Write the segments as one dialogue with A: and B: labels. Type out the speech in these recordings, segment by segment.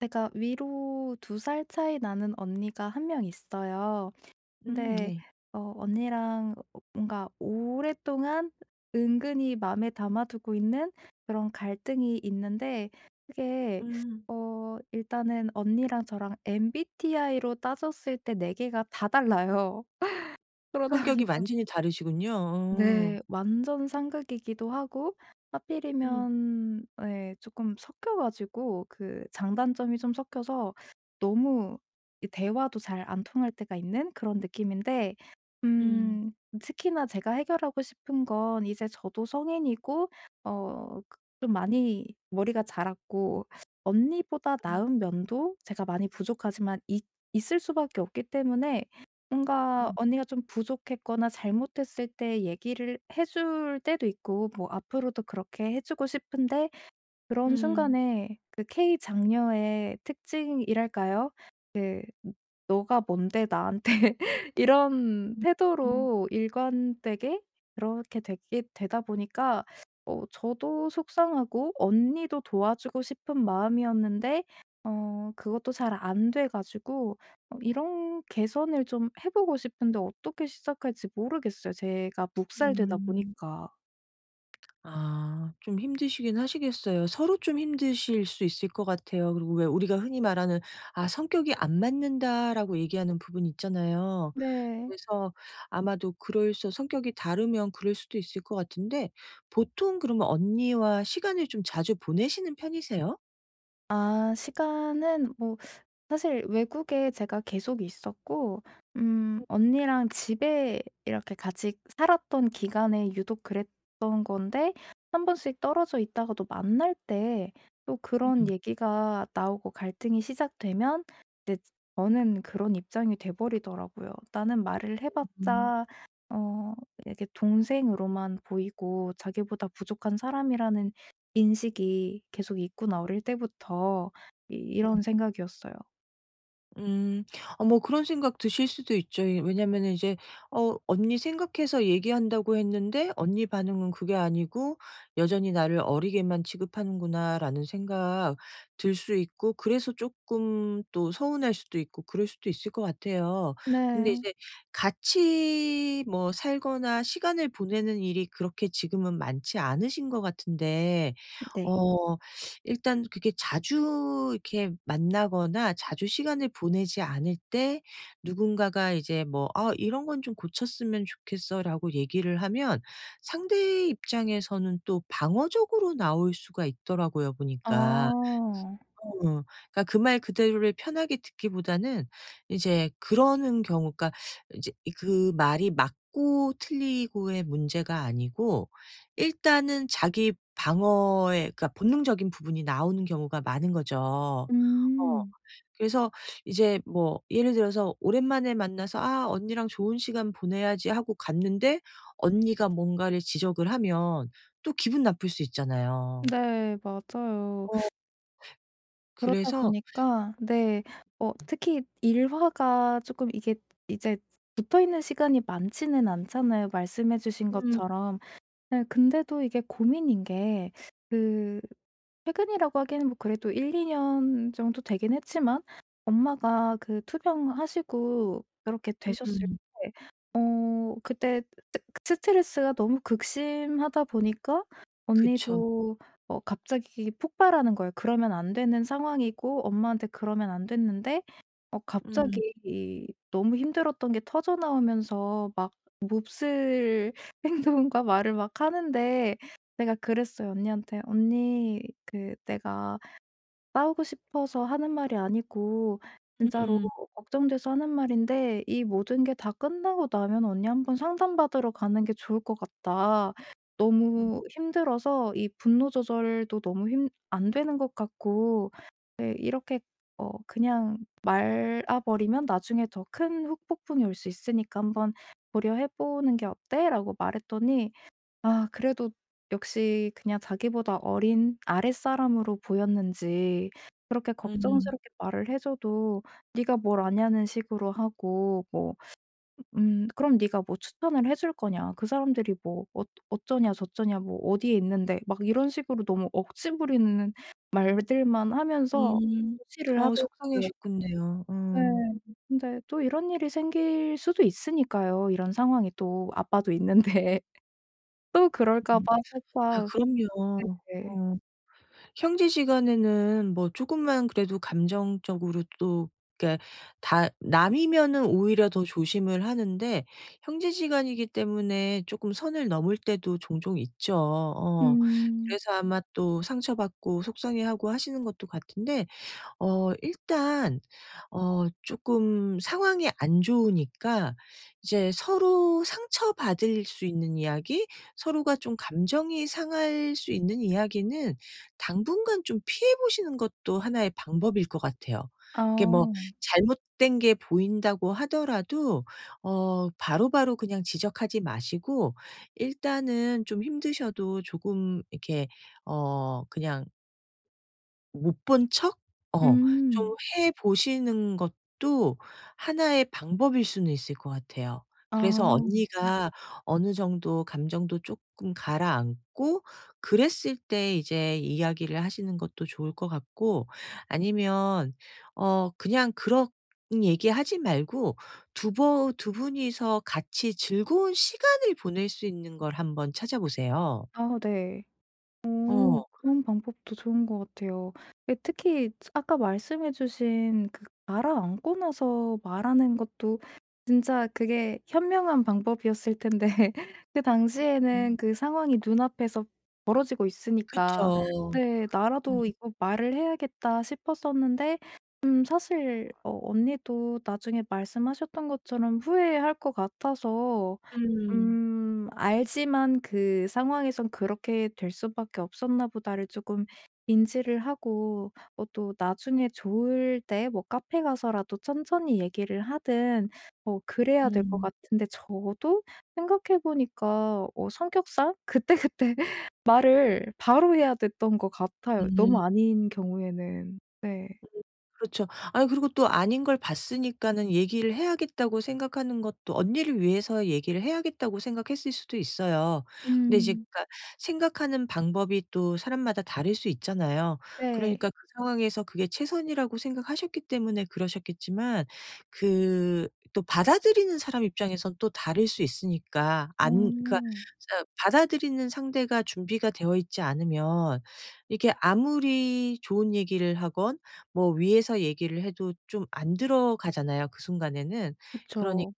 A: 제가 위로 두 살 차이 나는 언니가 한 명 있어요.
B: 음,
A: 근데
B: 네.
A: 언니랑 뭔가 오랫동안 은근히 마음에 담아두고 있는 그런 갈등이 있는데 그게
B: 음.
A: 일단은 언니랑 저랑 MBTI로 따졌을 때 네 개가 다 달라요. 그러다
B: 성격이
A: 보니까
B: 완전히 다르시군요.
A: 네.
B: 어.
A: 완전 상극이기도 하고,
B: 음.
A: 하필이면 네, 조금 섞여 가지고 그 장단점이 좀 섞여서 너무 이 대화도 잘 안 통할 때가 있는 그런 느낌인데
B: 음.
A: 음 특히나 제가 해결하고 싶은 건, 이제 저도 성인이고 그 좀 많이 머리가 자랐고 언니보다
B: 음.
A: 나은 면도 제가 많이 부족하지만 있 있을 수밖에 없기 때문에, 뭔가
B: 음.
A: 언니가 좀 부족했거나 잘못했을 때 얘기를 해줄 때도 있고 뭐 앞으로도 그렇게 해 주고 싶은데, 그런
B: 음.
A: 순간에 그 K 장녀의 특징이랄까요? 그 "너가 뭔데 나한테." 이런
B: 음.
A: 태도로 일관되게 그렇게 되게 되다 보니까 저도 속상하고 언니도 도와주고 싶은 마음이었는데 그것도 잘 안 돼 가지고 이런 개선을 좀 해 보고 싶은데 어떻게 시작할지 모르겠어요, 제가 묵살되다
B: 음.
A: 보니까.
B: 아, 좀 힘드시긴 하시겠어요. 서로 좀 힘드실 수 있을 것 같아요. 그리고 왜 우리가 흔히 말하는 '아 성격이 안 맞는다.'라고 얘기하는 부분이 있잖아요.
A: 네.
B: 그래서 아마도 그럴 수 성격이 다르면 그럴 수도 있을 것 같은데, 보통 그러면 언니와 시간을 좀 자주 보내시는 편이세요?
A: 아, 시간은 뭐 사실 외국에 제가 계속 있었고 언니랑 집에 이렇게 같이 살았던 기간에 유독 그랬던 건데, 한 번씩 떨어져 있다가도 만날 때 또 그런
B: 음.
A: 얘기가 나오고 갈등이 시작되면, 이제 저는 그런 입장이 돼 버리더라고요. 나는 말을 해
B: 음.
A: 봤자 어 이렇게 동생으로만 보이고 자기보다 부족한 사람이라는 인식이 계속 있구나, 어릴 때부터. 이 이런 생각이었어요.
B: 음. 아, 뭐 그런 생각 드실 수도 있죠. 이 왜냐면은 이제 언니 생각해서 얘기한다고 했는데 언니 반응은 그게 아니고 '여전히 나를 어리게만 취급하는구나.'라는 생각 들 수 있고, 그래서 조금 또 서운할 수도 있고 그럴 수도 있을 것 같아요. 근데
A: 네.
B: 이제 같이 뭐 살거나 시간을 보내는 일이 그렇게 지금은 많지 않으신 것 같은데,
A: 네.
B: 어 일단 그게 자주 이렇게 만나거나 자주 시간을 보내지 않을 때 누군가가 이제 뭐 "아 이런 건 좀 고쳤으면 좋겠어."라고 얘기를 하면 상대의 입장에서는 또 방어적으로 나올 수가 있더라고요, 보니까.
A: 아.
B: 어. 그러니까 그 말 그대로를 편하게 듣기보다는, 이제 그러는 경우 그러니까 이제 이 그 말이 맞고 틀리고의 문제가 아니고 일단은 자기 방어의, 그러니까 본능적인 부분이 나오는 경우가 많은 거죠. 어.
A: 음.
B: 그래서 이제 뭐 예를 들어서 오랜만에 만나서 '아 언니랑 좋은 시간 보내야지.' 하고 갔는데 언니가 뭔가를 지적을 하면 또 기분 나쁠 수 있잖아요.
A: 네, 맞아요.
B: 어.
A: 그렇다
B: 그래서.
A: 보니까 네, 특히 일화가 쪼끔 이게 이제 붙어있는 시간이 많지는 않잖아요, 말씀해 주신
B: 음.
A: 것처럼. 네, 근데도 이게 고민인 게 그 최근이라고 하기에는 뭐 그래도 1-2년 정도 되긴 했지만, 엄마가 그 투병하시고 그렇게 되셨을
B: 음.
A: 때 그때 스 스트레스가 너무 극심하다 보니까
B: 그쵸.
A: 언니도 갑자기 폭발하는 거예요. 그러면 안 되는 상황이고 엄마한테 그러면 안 됐는데
B: 음.
A: 갑자기 이 너무 힘들었던 게 터져 나오면서 막 몹쓸 행동과 말을 막 하는데, 제가 그랬어요 언니한테. "언니, 그 내가 싸우고 싶어서 하는 말이 아니고 진짜로
B: 음음.
A: 걱정돼서 하는 말인데, 이 모든 게 다 끝나고 나면 언니 한 번 상담받으러 가는 게 좋을 것 같다.
B: 음.
A: 너무 힘들어서 이 분노 조절도 너무 힘 안 되는 것 같고, 네, 이렇게 그냥 말아 버리면 나중에 더 큰 후폭풍이 올 수 있으니까 한번 고려해 보는 게 어때?"라고 말했더니, 아 그래도 역시 그냥 자기보다 어린 아랫사람으로 보였는지, 그렇게
B: 음.
A: 걱정스럽게 말을 해 줘도 "네가 뭘 아냐."는 식으로 하고, 뭐 음, "그럼 네가 뭐 추천을 해줄 거냐. 그 사람들이 뭐 어쩌냐 저쩌냐 뭐 어디에 있는데." 막 이런 식으로 너무 억지 부리는 말들만 하면서
B: 음.
A: 무시를
B: 어,
A: 하더라고요.
B: 속상해하셨겠네요. 어.
A: 네.
B: 음.
A: 근데 또 이런 일이 생길 수도 있으니까요, 이런 상황이 또 아빠도 있는데. 또 그럴까 봐
B: 아,
A: 살짝.
B: 그럼요.
A: 네.
B: 어 형제 시간에는 뭐 쪼끔만 그래도 감정적으로 또, 그러니까 다 남이면은 오히려 더 조심을 하는데 형제 시간이기 때문에 쪼끔 선을 넘을 때도 종종 있죠. 어.
A: 음.
B: 그래서 아마 또 상처받고 속상해하고 하시는 것도 같은데, 일단 조금 상황이 안 좋으니까 이제 서로 상처받을 수 있는 이야기, 서로가 좀 감정이 상할 수 있는 이야기는 당분간 좀 피해 보시는 것도 하나의 방법일 것 같아요. 이게 뭐
A: 아.
B: 잘못된 게 보인다고 하더라도 바로바로 그냥 지적하지 마시고 일단은 좀 힘드셔도 조금 이렇게 그냥 못 본 척 어
A: 음.
B: 좀 해 보시는 것도 하나의 방법일 수는 있을 것 같아요.
A: 아.
B: 그래서 언니가 어느 정도 감정도 쪼끔 가라앉고 그랬을 때 이제 이야기를 하시는 것도 좋을 것 같고, 아니면 그냥 그런 얘기하지 말고 두 분이서 같이 즐거운 시간을 보낼 수 있는 걸 한번 찾아보세요.
A: 아, 네. 오,
B: 어.
A: 그런 방법도 좋은 것 같아요. 예, 특히 아까 말씀해 주신 그 가라앉고 나서 말하는 것도 진짜 그게 현명한 방법이었을 텐데, 그 당시에는
B: 음.
A: 그 상황이 눈앞에서 벌어지고 있으니까
B: 그쵸.
A: 네,
B: 음.
A: '나라도 이거 말을 해야겠다.' 싶었었는데 사실 언니도 나중에 말씀하셨던 것처럼 후회할 것 같아서.
B: 음.
A: 알지만 그 상황에선 '그렇게 될 수밖에 없었나 보다.'를 조금 인지를 하고 또 나중에 좋을 때 뭐 카페 가서라도 천천히 얘기를 하든 그래야 될 것
B: 음.
A: 같은데, 저도 생각해 보니까 성격상 그때그때 말을 바로 해야 됐던 것 같아요,
B: 음.
A: 너무 아닌 경우에는. 네.
B: 그렇죠. 아니 그리고 또 아닌 걸 봤으니까는 얘기를 해야겠다고 생각하는 것도 언니를 위해서 얘기를 해야겠다고 생각했을 수도 있어요. 근데 이제
A: 음.
B: 그러니까 생각하는 방법이 또 사람마다 다를 수 있잖아요.
A: 네.
B: 그러니까 그 상황에서 그게 최선이라고 생각하셨기 때문에 그러셨겠지만 그 또 받아들이는 사람 입장에선 또 다를 수 있으니까 안 그러니까
A: 음.
B: 자, 받아들이는 상대가 준비가 되어 있지 않으면 이게 아무리 좋은 얘기를 하건 뭐 위에서 얘기를 해도 좀 안 들어가잖아요, 그 순간에는. 그러니
A: 그쵸.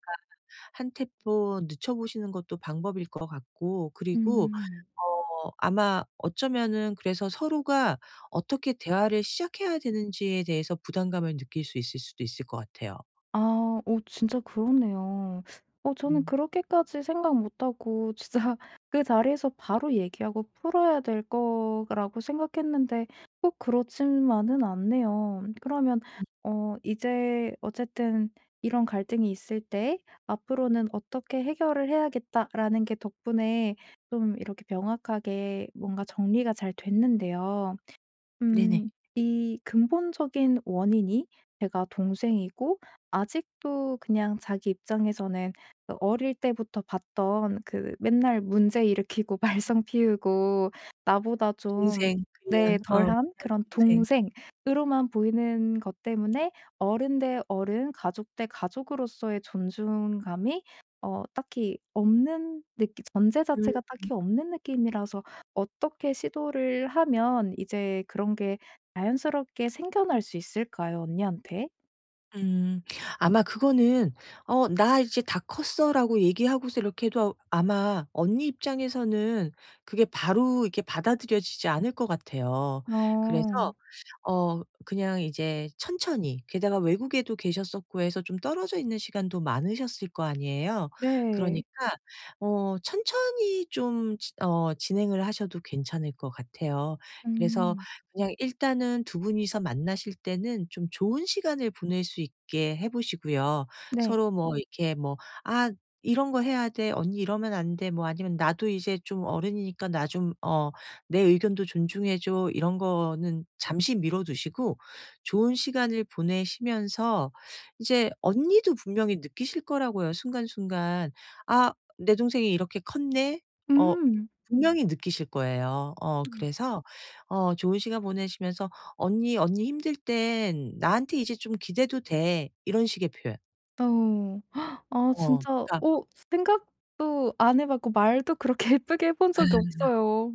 B: 한 템포 늦춰 보시는 것도 방법일 것 같고, 그리고
A: 음.
B: 아마 어쩌면은 그래서 서로가 어떻게 대화를 시작해야 되는지에 대해서 부담감을 느낄 수 있을 수도 있을 것 같아요.
A: 아. 오, 진짜 그러네요. 저는
B: 음.
A: 그렇게까지 생각 못 하고, 진짜 그 자리에서 바로 얘기하고 풀어야 될 거라고 생각했는데 꼭 그렇지만은 않네요. 그러면 이제 어쨌든 이런 갈등이 있을 때 '앞으로는 어떻게 해결을 해야겠다.'라는 게 덕분에 좀 이렇게 명확하게 뭔가 정리가 잘 됐는데요.
B: 네네.
A: 음. 이 근본적인 원인이 제가 동생이고 아직도 그냥 자기 입장에서는 그 어릴 때부터 봤던, 그 맨날 문제 일으키고 말썽 피우고 나보다 좀
B: 동생
A: 네,
B: 그냥. 어.
A: 덜한
B: 그냥
A: 그런
B: 동생.
A: 동생으로만 보이는 것 때문에 어른 대 어른, 가족 대 가족으로서의 존중감이 딱히 없는 느, 전제
B: 음.
A: 자체가 딱히 없는 느낌이라서, 어떻게 시도를 하면 이제 그런 게 자연스럽게 생겨날 수 있을까요, 언니한테?
B: 음. 아마 그거는 "어 나 이제 다 컸어."라고 얘기하고서 이렇게 해도 아마 언니 입장에서는 그게 바로 이렇게 받아들여지지 않을 것 같아요.
A: 어.
B: 그래서 그냥 이제 천천히, 게다가 외국에도 계셨었고 해서 좀 떨어져 있는 시간도 많으셨을 거 아니에요. 그러니까
A: 네.
B: 천천히 좀 지 어 진행을 하셔도 괜찮을 것 같아요. 그래서
A: 음.
B: 그냥 일단은 두 분이서 만나실 때는 좀 좋은 시간을 보낼 수 있게 해 보시고요.
A: 네.
B: 서로 뭐 이렇게, 뭐 "아 이런 거 해야 돼. 언니 이러면 안 돼." 뭐 아니면 "나도 이제 좀 어른이니까 나좀어 내 의견도 존중해 줘." 이런 거는 잠시 미뤄 두시고 좋은 시간을 보내시면서 이제 언니도 분명히 느끼실 거라고요, 순간순간. '아 내 동생이 이렇게 컸네.' 어
A: 음.
B: 분명히 느끼실 거예요.
A: 음.
B: 그래서 좋은 시간 보내시면서 "언니, 언니 힘들 땐 나한테 이제 좀 기대도 돼." 이런 식의 표현.
A: 어. 아, 진짜
B: 그러니까
A: 어 생각도 안 해 봤고 말도 그렇게 예쁘게 해본 적이 없어요.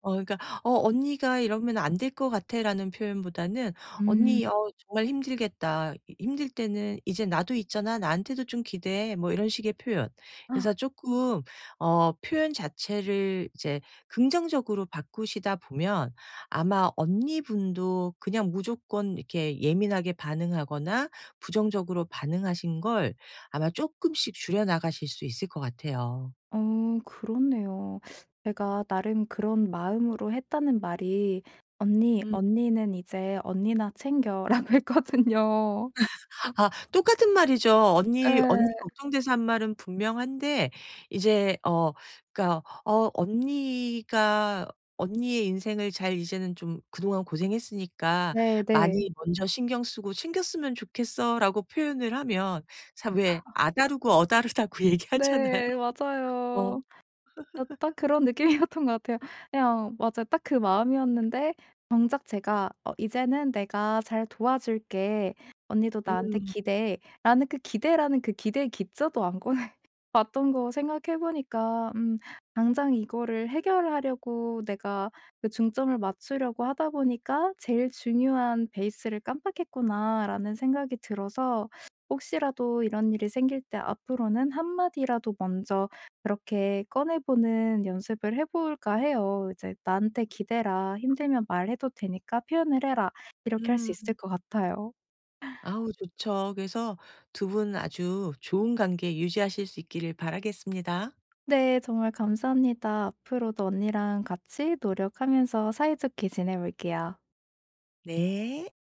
B: 어 그러니까 어 언니가 이러면 안 될 것 같아."라는 표현보다는
A: 음.
B: "언니 정말 힘들겠다. 이 힘들 때는 이제 나도 있잖아. 나한테도 좀 기대해." 뭐 이런 식의 표현. 그래서 조금 표현 자체를 이제 긍정적으로 바꾸시다 보면 아마 언니분도 그냥 무조건 이렇게 예민하게 반응하거나 부정적으로 반응하신 걸 아마 조금씩 줄여 나가실 수 있을 것 같아요.
A: 그렇네요. 제가 나름 그런 마음으로 했다는 말이 "언니,
B: 음.
A: 언니는 이제 언니나 챙겨."라고 했거든요.
B: 아, 똑같은 말이죠. 언니
A: 예.
B: 걱정돼서 한 말은 분명한데 이제 그러니까 언니가 언니의 인생을 잘, 이제는 좀 '그동안 고생했으니까
A: 네, 네.
B: 많이 먼저 신경 쓰고 챙겼으면 좋겠어.'라고 표현을 하면, 사 왜 아다르고 어다르다고 얘기하잖아요.
A: 네,
B: 어.
A: 맞아요. 딱 그런 느낌이었던 것 같아요. 그냥 맞아요. 딱 그 마음이었는데 정작 제가 "어 이제는 내가 잘 도와줄게. 언니도 나한테
B: 음.
A: 기대해." 라는 그 기대라는, 그 기대의 기저도안고 봤던 거 생각해 보니까, 당장 이거를 해결하려고 내가 그 중점을 맞추려고 하다 보니까 '제일 중요한 베이스를 깜빡했구나.'라는 생각이 들어서, 혹시라도 이런 일이 생길 때 앞으로는 한 마디라도 먼저 그렇게 꺼내 보는 연습을 해 볼까 해요. 이제 "나한테 기대라. 힘들면 말해도 되니까 표현을 해라." 이렇게 할 수 있을
B: 음.
A: 것 같아요.
B: 아우, 좋죠. 그래서 두 분 아주 좋은 관계 유지하실 수 있기를 바라겠습니다.
A: 네. 정말 감사합니다. 앞으로도 언니랑 같이 노력하면서 사이좋게 지내 볼게요.
B: 네.